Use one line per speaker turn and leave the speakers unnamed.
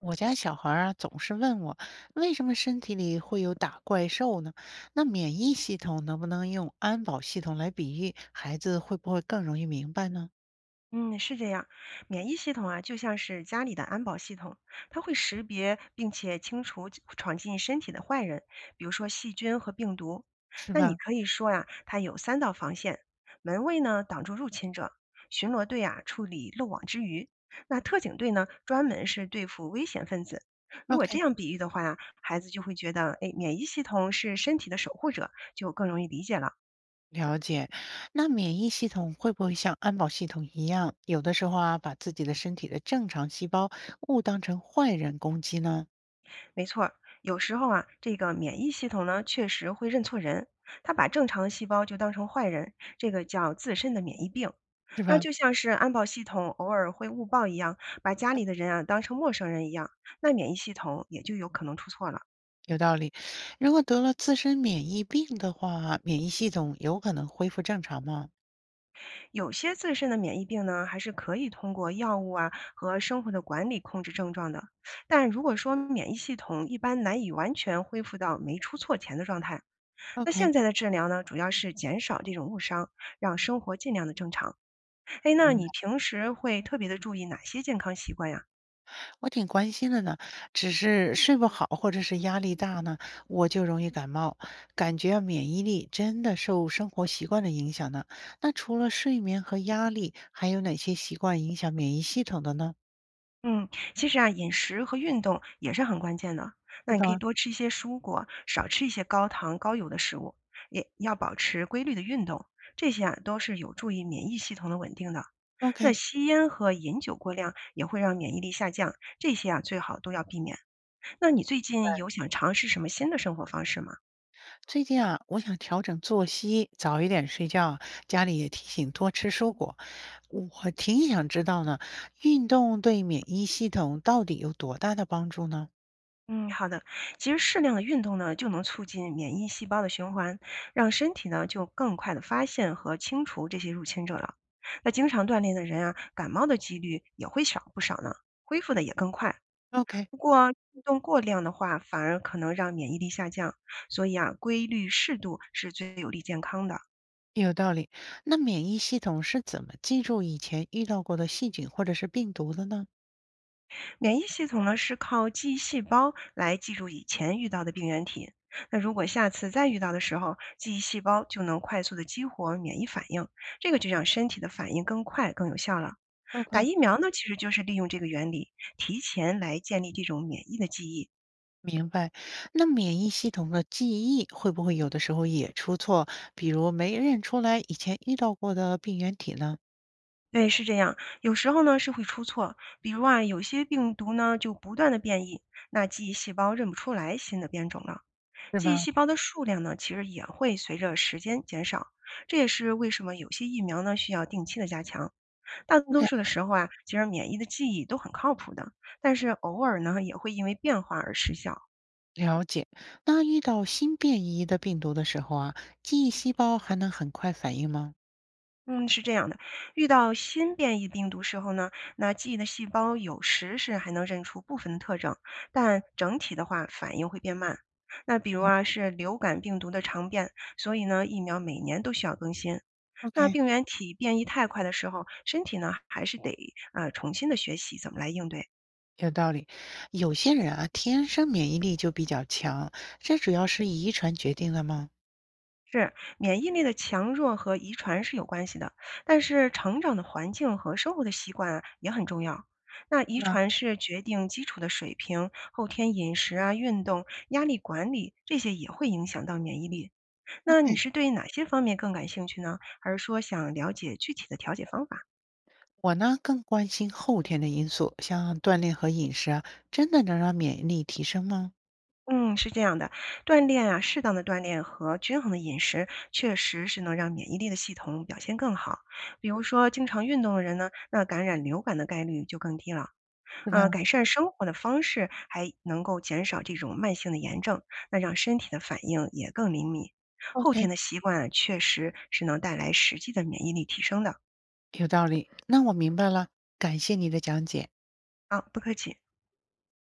我家小孩儿啊，总是问我为什么身体里会有打怪兽呢？那免疫系统能不能用安保系统来比喻，孩子会不会更容易明白呢？
嗯，是这样，免疫系统啊，就像是家里的安保系统，它会识别并且清除闯进身体的坏人，比如说细菌和病毒。
是
那你
吧
可以说呀、它有三道防线：门卫呢挡住入侵者，巡逻队啊处理漏网之鱼，那特警队呢专门是对付危险分子。如果这
？OK，
样比喻的话呀、孩子就会觉得，哎，免疫系统是身体的守护者，就更容易理解了。
了解。那免疫系统会不会像安保系统一样，有的时候啊，把自己的身体的正常细胞误当成坏人攻击呢？
没错儿，有时候啊，这个免疫系统呢确实会认错人，它把正常的细胞就当成坏人，这个叫自身的免疫病。
是
那
吧？
就像是安保系统偶尔会误报一样，把家里的人啊当成陌生人一样，那免疫系统也就有可能出错了。
有道理。如果得了自身免疫病的话，免疫系统有可能恢复正常吗
有些自身的免疫病呢，还是可以通过药物啊和生活的管理控制症状的，但如果说免疫系统一般难以完全恢复到没出错前的状态。那现
？OK，
在的治疗呢，主要是减少这种误伤，让生活尽量的正常。哎，那你平时会特别的注意哪些健康习惯呀？
我挺关心的呢，只是睡不好或者是压力大呢，我就容易感冒，感觉啊免疫力真的受生活习惯的影响呢。那除了睡眠和压力，还有哪些习惯影响免疫系统的呢？
嗯，其实啊，饮食和运动也是很关键的。那
是
你可以
吧
多吃一些蔬果，少吃一些高糖高油的食物，也要保持规律的运动。这些啊都是有助于免疫系统的稳定的。那
？OK。
吸烟和饮酒过量也会让免疫力下降，这些啊最好都要避免。那你最近有想尝试什么新的生活方式吗？
最近啊，我想调整作息，早一点睡觉啊。家里也提醒多吃蔬果。我挺想知道呢，运动对免疫系统到底有多大的帮助呢
嗯，好的。其实适量的运动呢，就能促进免疫细胞的循环，让身体呢就更快的发现和清除这些入侵者了。那经常锻炼的人啊，感冒的几率也会少不少呢，恢复的也更快。
？OK，
不过运动过量的话，反而可能让免疫力下降，所以啊，规律适度是最有利健康的。
有道理。那免疫系统是怎么记住以前遇到过的细菌或者是病毒的呢
免疫系统呢是靠记忆细胞来记住以前遇到的病原体。那如果下次再遇到的时候，记忆细胞就能快速的激活免疫反应，这个就让身体的反应更快、更有效了。打
？OK，
疫苗呢，其实就是利用这个原理，提前来建立这种免疫的记忆。
明白。那免疫系统的记忆会不会有的时候也出错，比如没认出来以前遇到过的病原体呢？
对，是这样。有时候呢是会出错，比如啊，有些病毒呢就不断的变异，那记忆细胞认不出来新的变种了。
是
记忆
吧
细胞的数量呢，其实也会随着时间减少。这也是为什么有些疫苗呢需要定期的加强。大多
？OK，
数的时候啊，其实免疫的记忆都很靠谱的，但是偶尔呢也会因为变化而失效。
了解。那遇到新变异的病毒的时候啊，记忆细胞还能很快反应吗
嗯，是这样的，遇到新变异病毒时候呢，那记忆的细胞有时是还能认出部分的特征，但整体的话反应会变慢。那比如啊，是流感病毒的常变，所以呢，疫苗每年都需要更新。那
？OK。
病原体变异太快的时候，身体呢还是得重新的学习怎么来应对啊。
有道理，有些人啊，天生免疫力就比较强，这主要是遗传决定的吗？
是，免疫力的强弱和遗传是有关系的，但是成长的环境和生活的习惯啊也很重要。那遗
是吧
传是决定基础的水平，后天饮食啊、运动、压力管理这些也会影响到免疫力。那你
？OK，
是对哪些方面更感兴趣呢？还是说想了解具体的调节方法？
我呢更关心后天的因素，像锻炼和饮食啊，真的能让免疫力提升吗？
嗯，是这样的，锻炼啊，适当的锻炼和均衡的饮食，确实是能让免疫力的系统表现更好。比如说，经常运动的人呢，那感染流感的概率就更低了。
是吧
啊，改善生活的方式，还能够减少这种慢性的炎症，那让身体的反应也更灵敏。后
？OK，
天的习惯啊确实是能带来实际的免疫力提升的。
有道理。那我明白了，感谢你的讲解。
啊，不客气。